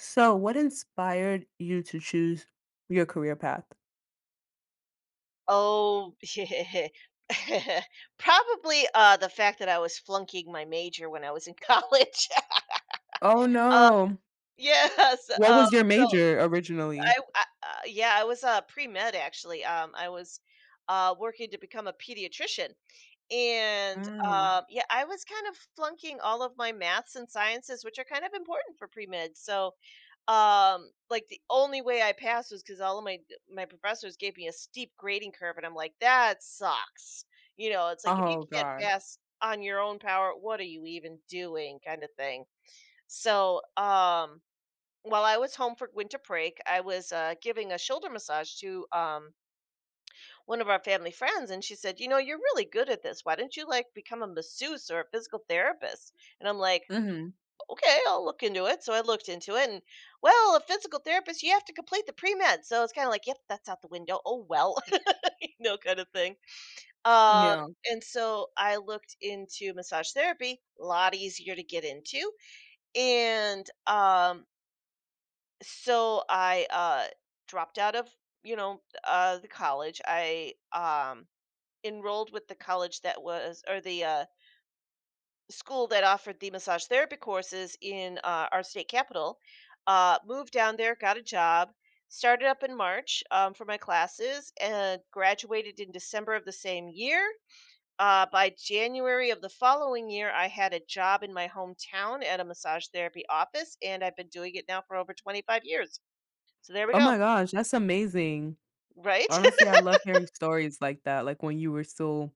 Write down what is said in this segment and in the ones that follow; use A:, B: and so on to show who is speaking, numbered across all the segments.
A: So, what inspired you to choose your career path?
B: Oh, probably, the fact that I was flunking my major when I was in college.
A: Oh,
B: Uh,
A: no.
B: yes,
A: What
B: uh,
A: was your
B: so
A: major originally?
B: I I uh, yeah, I was, pre-med actually, I was, working to become a pediatrician, and,
A: Mm.
B: yeah, I was kind of flunking all of my maths and sciences, which are kind of important for pre-med, so, like the only way I passed was because all of my professors gave me a steep grading curve, and I'm like, that sucks, you know? It's like, if you
A: Oh,
B: can't
A: God.
B: pass on your own power, what are you even doing, kind of thing. So while I was home for winter break, I was giving a shoulder massage to one of our family friends, and she said, you know, you're really good at this, why don't you like become a masseuse or a physical therapist? And I'm like,
A: Mhm.
B: okay, I'll look into it. So I looked into it, and well, a physical therapist, you have to complete the pre med. So it's kind of like, yep, that's out the window. Oh well, you know, kind of thing. Um,
A: Yeah.
B: and so I looked into massage therapy, a lot easier to get into. And so I dropped out of, you know, the college. I enrolled with the college that was, or the school that offered the massage therapy courses in our state capital. Moved down there, got a job, started up in March for my classes, and graduated in December of the same year. By January of the following year, I had a job in my hometown at a massage therapy office, and I've been doing it now for over 25 years. So there we
A: Oh
B: go.
A: my gosh, that's amazing.
B: Right?
A: Honestly, I love hearing stories like that, like, when you were still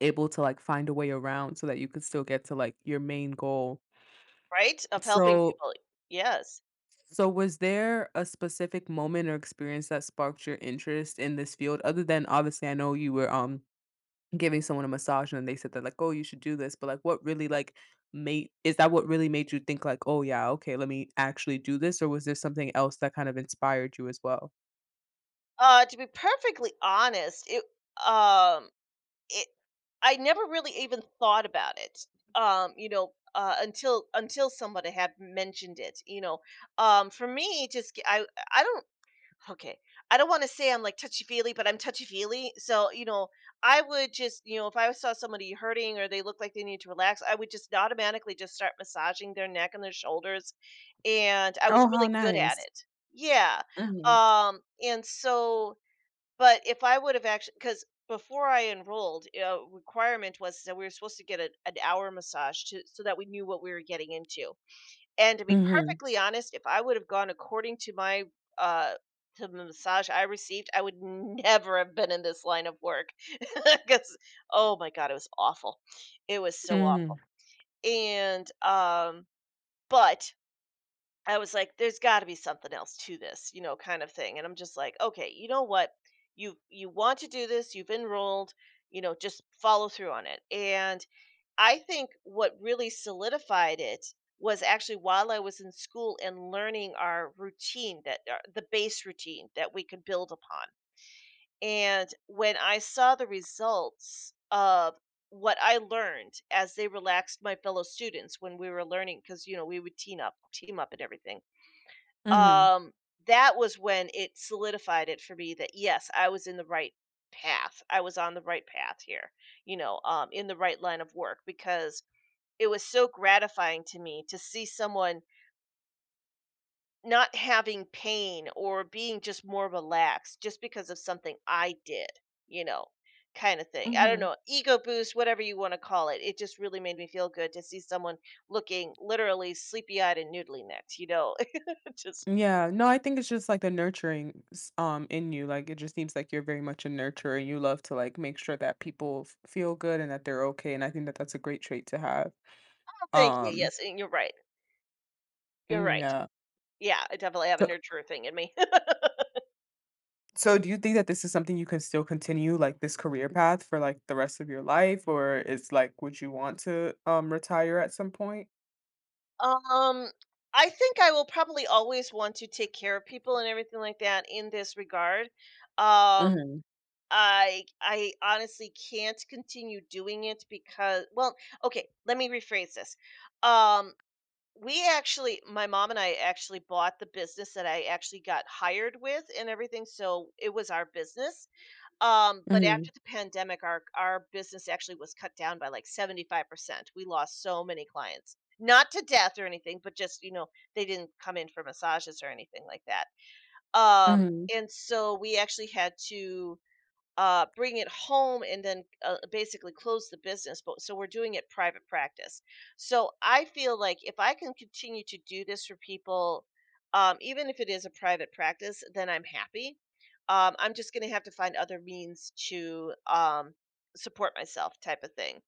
A: able to, like, find a way around so that you could still get to, like, your main goal.
B: Right? Of helping
A: So
B: people. Yes.
A: so was there a specific moment or experience that sparked your interest in this field other than obviously, I know you were, giving someone a massage and they said that like, oh, you should do this, but like, what really like made, is that what really made you think like, oh yeah, okay, let me actually do this, or was there something else that kind of inspired you as well?
B: To be perfectly honest, um It I never really even thought about it, you know, until somebody had mentioned it, you know. For me, just g- I don't okay. I don't want to say I'm like touchy feely, but I'm touchy feely. So you know, I would just, you know, if I saw somebody hurting or they look like they need to relax, I would just automatically just start massaging their neck and their shoulders, and I
A: Oh,
B: was
A: how
B: really good at
A: nice.
B: it. Yeah.
A: Hmm.
B: And so, but if I would have actually, because before I enrolled, requirement was that we were supposed to get a, an hour massage to, so that we knew what we were getting into. And to be
A: Mhm.
B: perfectly honest, if I would have gone according to my uh, to the massage I received, I would never have been in this line of work because oh my god, it was awful. It was so awful.
A: Mhm.
B: And but I was like, there's got to be something else to this, you know, kind of thing. And I'm just like, okay, you know what? You want to do this, you've enrolled, you know, just follow through on it. And I think what really solidified it was actually while I was in school and learning our routine that the base routine that we could build upon. And when I saw the results of what I learned as they relaxed my fellow students when we were learning, because you know we would team up, and everything,
A: Mhm.
B: um, that was when it solidified it for me that, yes, I was in the right path. I was on the right path here, you know, in the right line of work, because it was so gratifying to me to see someone not having pain or being just more relaxed just because of something I did, you know, kind of thing. I don't
A: Hmm.
B: know, ego boost, whatever you want to call it. It just really made me feel good to see someone looking literally sleepy eyed and noodly necked, you know. Just
A: Yeah, no, I think it's just like the nurturing in you. Like it just seems like you're very much a nurturer and you love to like make sure that people feel good and that they're okay. And I think that that's a great trait to have.
B: thank you.
A: Um,
B: Yes, and you're right. You're
A: mm,
B: right.
A: yeah.
B: Yeah, I definitely have a
A: so
B: nurturer thing in me.
A: So do you think that this is something you can still continue, like, this career path for, like, the rest of your life, or it's, like, would you want to, retire at some point?
B: um, I think I will probably always want to take care of people and everything like that in this regard. Um,
A: Mhm,
B: I honestly can't continue doing it because well, okay, let me rephrase this. Um, we actually, my mom and I actually bought the business that I actually got hired with and everything, so it was our business. But
A: mhm,
B: after the pandemic, our business actually was cut down by like 75%. We lost so many clients. Not to death or anything, but just, you know, they didn't come in for massages or anything like that. Um,
A: mhm.
B: and so we actually had to bring it home and then basically close the business. But so we're doing it private practice. So I feel like if I can continue to do this for people, even if it is a private practice, then I'm happy. I'm just going to have to find other means to support myself, type of thing.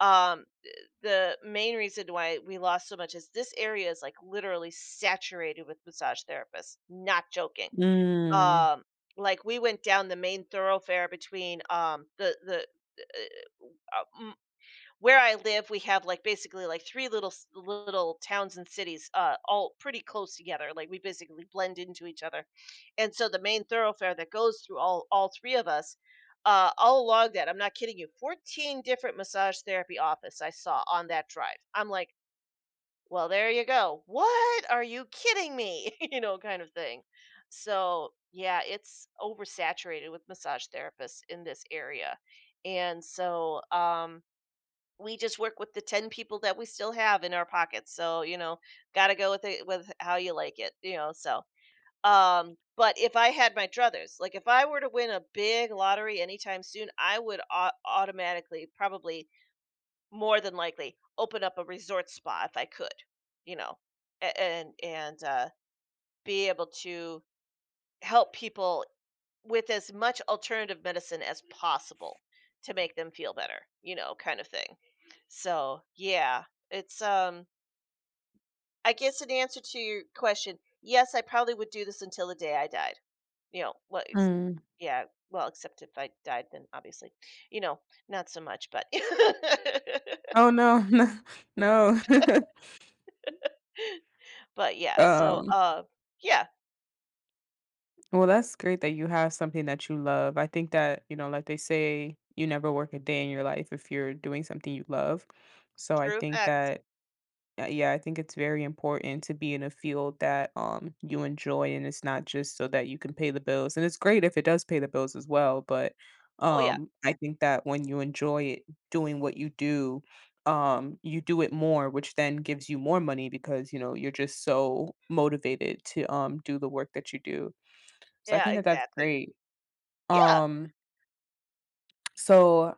B: Um, th- the main reason why we lost so much is this area is like literally saturated with massage therapists. Not joking.
A: Mm,
B: Um, like, we went down the main thoroughfare between, the uh, mm, where I live, we have, like, basically, like, 3 little s little towns and cities, all pretty close together, like, we basically blend into each other, and so the main thoroughfare that goes through all 3 of us, all along that, I'm not kidding you, 14 different massage therapy office I saw on that drive. I'm like, well, there you go. What? Are you kidding me? You know, kind of thing. So, yeah, it's oversaturated with massage therapists in this area. And so, we just work with the 10 people that we still have in our pockets. So, you know, got to go with it with how you like it, you know. So, but if I had my druthers, like if I were to win a big lottery anytime soon, I would automatically probably more than likely open up a resort spa if I could, you know, and and be able to help people with as much alternative medicine as possible to make them feel better, you know, kind of thing. So yeah, it's I guess in answer to your question, yes, I probably would do this until the day I died. You know, well, it's,
A: mm.
B: yeah, well, except if I died, then obviously, you know, not so much, but
A: Oh, no, no, no.
B: but yeah, so
A: Um,
B: yeah,
A: well, that's great that you have something that you love. I think that, you know, like they say, you never work a day in your life if you're doing something you love. So I
B: true
A: think
B: facts.
A: that, uh, yeah, I think it's very important to be in a field that you enjoy and it's not just so that you can pay the bills. And it's great if it does pay the bills as well, but
B: Oh yeah.
A: I think that when you enjoy it, doing what you do it more, which then gives you more money because, you know, you're just so motivated to do the work that you do. So I
B: Yeah,
A: think that that's
B: exactly.
A: great.
B: Yeah.
A: Um, so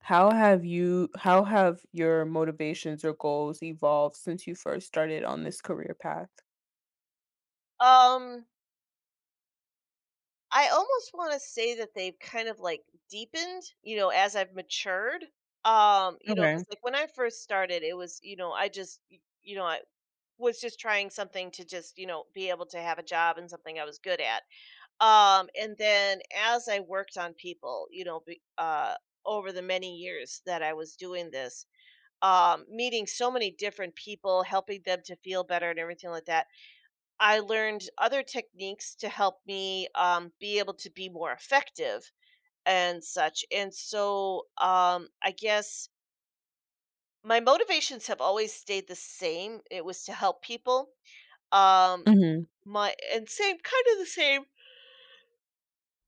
A: how have your motivations or goals evolved since you first started on this career path?
B: Um I almost want to say that they've kind of like deepened, you know, as I've matured. You know,
A: Okay.
B: cuz like when I first started, it was, you know, I was just trying something to just, you know, be able to have a job and something I was good at. And then as I worked on people, you know, over the many years that I was doing this, meeting so many different people, helping them to feel better and everything like that, I learned other techniques to help me be able to be more effective and such. And so I guess my motivations have always stayed the same. It was to help people. Um,
A: Mhm.
B: my and same kind of the same.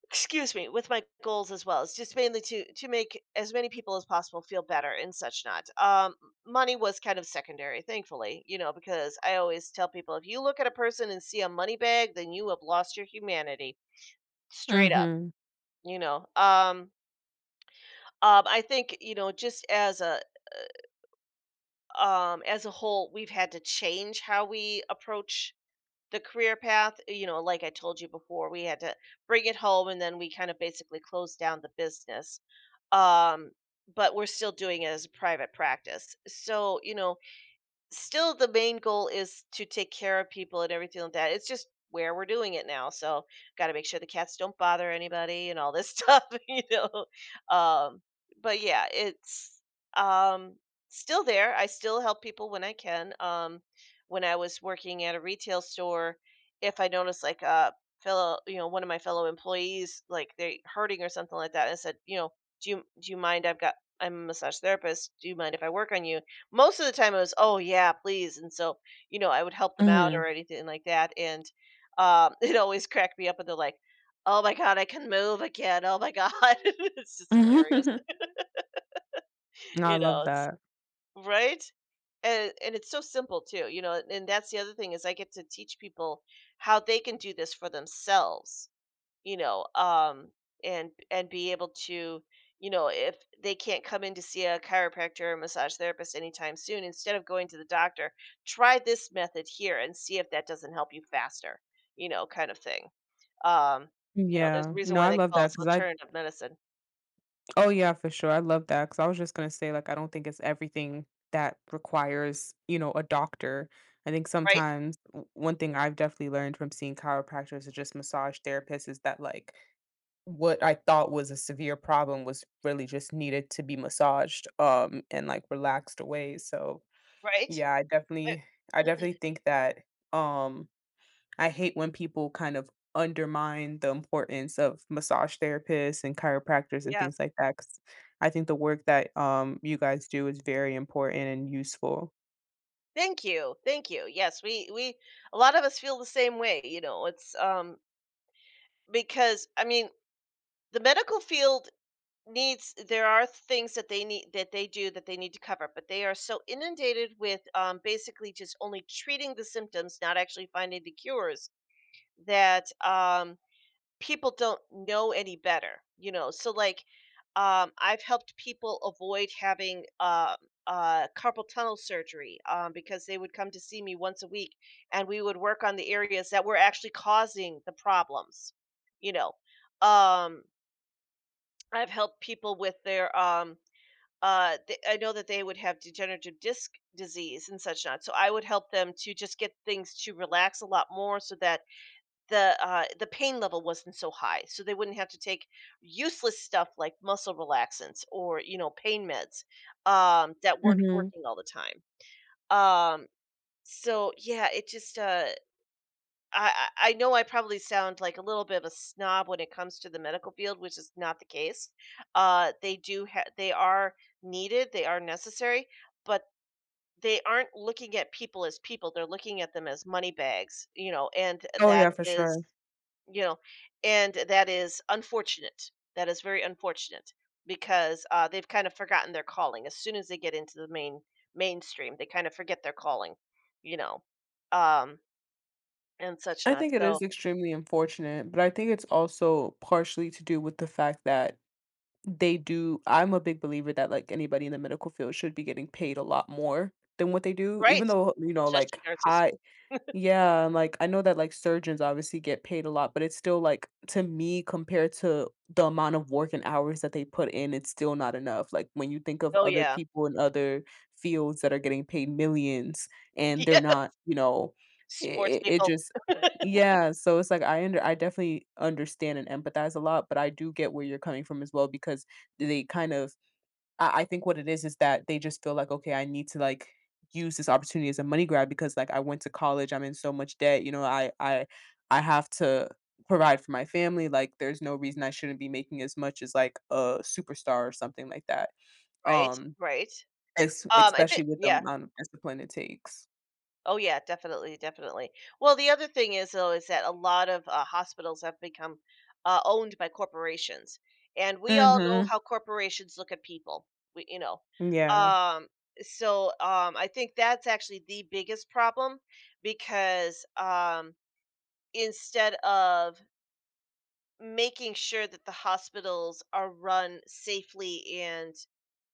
B: Excuse me, with my goals as well. It's just mainly to make as many people as possible feel better and such not. Money was kind of secondary, thankfully, you know, because I always tell people, if you look at a person and see a money bag, then you have lost your humanity. Straight up,
A: Mhm.
B: you know. I think, you know, just as a whole, we've had to change how we approach the career path. You know, like I told you before, we had to bring it home and then we kind of basically closed down the business. Um, but we're still doing it as a private practice. So, you know, still the main goal is to take care of people and everything like that. It's just where we're doing it now. So got to make sure the cats don't bother anybody and all this stuff, you know. Um, but yeah, it's um, still there. I still help people when I can. When I was working at a retail store, if I noticed like a fellow, you know, one of my fellow employees, like they hurting or something like that, I said, you know, do you mind? I've got, I'm a massage therapist. Do you mind if I work on you? Most of the time it was, "Oh, yeah, please," and so, I would help them out
A: Mhm.
B: or anything like that, it always cracked me up, and they're like, "Oh my god, I can move again, oh my god." It's just hilarious,
A: No, I
B: you
A: love
B: know, it's
A: that.
B: right? And it's so simple too, you know, and that's the other thing is I get to teach people how they can do this for themselves, you know, um, and be able to, you know, if they can't come in to see a chiropractor or massage therapist anytime soon, instead of going to the doctor, try this method here and see if that doesn't help you faster, you know, kind of thing. Um, you know, there's a
A: Yeah.
B: reason
A: No,
B: why
A: I
B: they
A: love
B: call
A: that
B: us
A: because I,
B: alternative medicine,
A: oh, yeah, for sure. I love that because I was just gonna say, like, I don't think it's everything that requires, you know, a doctor. I think
B: right?
A: sometimes one thing I've definitely learned from seeing chiropractors or just massage therapists is that, like, what I thought was a severe problem was really just needed to be massaged, and, like, relaxed away. So,
B: Right?
A: yeah, I
B: Uh,
A: definitely I definitely think that, um, I hate when people kind of undermine the importance of massage therapists and chiropractors and
B: yeah.
A: things like that 'cause I think the work that, you guys do is very important and useful.
B: Thank you. Thank you. Yes, we a lot of us feel the same way, you know. It's because I mean, the medical field needs, there are things that they need, that they do, that they need to cover, but they are so inundated with, basically, just only treating the symptoms, not actually finding the cures, that people don't know any better, you know, I've helped people avoid having carpal tunnel surgery, because they would come to see me once a week and we would work on the areas that were actually causing the problems, you know. um, I've helped people with their I know that they would have degenerative disc disease and such not. So I would help them to just get things to relax a lot more, so that the pain level wasn't so high, so they wouldn't have to take useless stuff like muscle relaxants or, you know, pain meds, that weren't
A: Mhm.
B: working all the time. Um, so yeah, it just uh, I, I I know I probably sound like a little bit of a snob when it comes to the medical field, which is not the case. They they are needed, they are necessary, but they aren't looking at people as people. They're looking at them as money bags, you know, and
A: Oh,
B: that
A: yeah, for
B: is,
A: sure.
B: you know, and that is unfortunate. That is very unfortunate because they've kind of forgotten their calling. As soon as they get into the mainstream, they kind of forget their calling, you know, um, and such
A: I
B: not
A: think it is
B: so.
A: extremely unfortunate, but I think it's also partially to do with the fact that they do. I'm a big believer that, like, anybody in the medical field should be getting paid a lot more than what they do,
B: Right.
A: even though, you know,
B: Especially
A: like,
B: nurses.
A: high. Yeah, and, like, I know that, like, surgeons obviously get paid a lot, but it's still, like, to me, compared to the amount of work and hours that they put in, it's still not enough. Like, when you think of
B: Oh,
A: other
B: yeah.
A: people in other fields that are getting paid millions, and they're
B: Yeah.
A: not, you know,
B: Sports
A: it
B: people.
A: just. Yeah, so it's like I under, I definitely understand and empathize a lot, but I do get where you're coming from as well because they kind of, I think what it is that they just feel like, okay, I need to like use this opportunity as a money grab because like I went to college, I'm in so much debt, you know, I have to provide for my family. Like there's no reason I shouldn't be making as much as like a superstar or something like that.
B: Right,
A: Um,
B: right.
A: es-
B: I think
A: especially with the
B: yeah.
A: amount of discipline it takes.
B: Oh, yeah, definitely, definitely. Well, the other thing is, though, is that a lot of, hospitals have become, owned by corporations, and we all know
A: Mhm.
B: how corporations look at people. We, you know?
A: Yeah.
B: Um, I think that's actually the biggest problem because, instead of making sure that the hospitals are run safely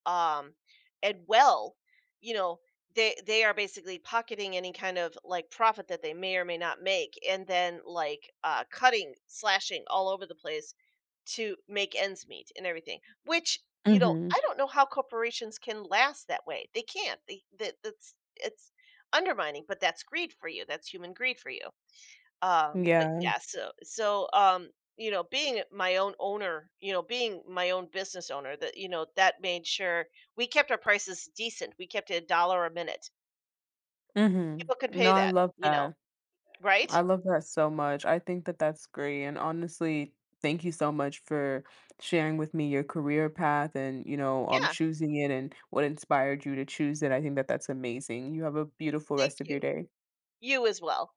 B: um and well, you know, they are basically pocketing any kind of like profit that they may or may not make, and then like cutting, slashing all over the place to make ends meet and everything, which, you know,
A: Mhm.
B: I don't know how corporations can last that way. They can't, they, that that's it's undermining, but that's greed for you, that's human greed for you. But
A: Yeah.
B: yeah, you know, being my own owner, you know, being my own business owner, that, you know, that made sure we kept our prices decent. We kept it a dollar a minute.
A: Mhm.
B: People could
A: No,
B: pay
A: I
B: that,
A: love
B: you know,
A: that. I
B: right?
A: love that so much. I think that that's great. And honestly, thank you so much for sharing with me your career path and, you know,
B: Yeah,
A: choosing it and what inspired you to choose it. I think that that's amazing. You have a beautiful
B: thank
A: rest of your
B: you.
A: day.
B: You as well.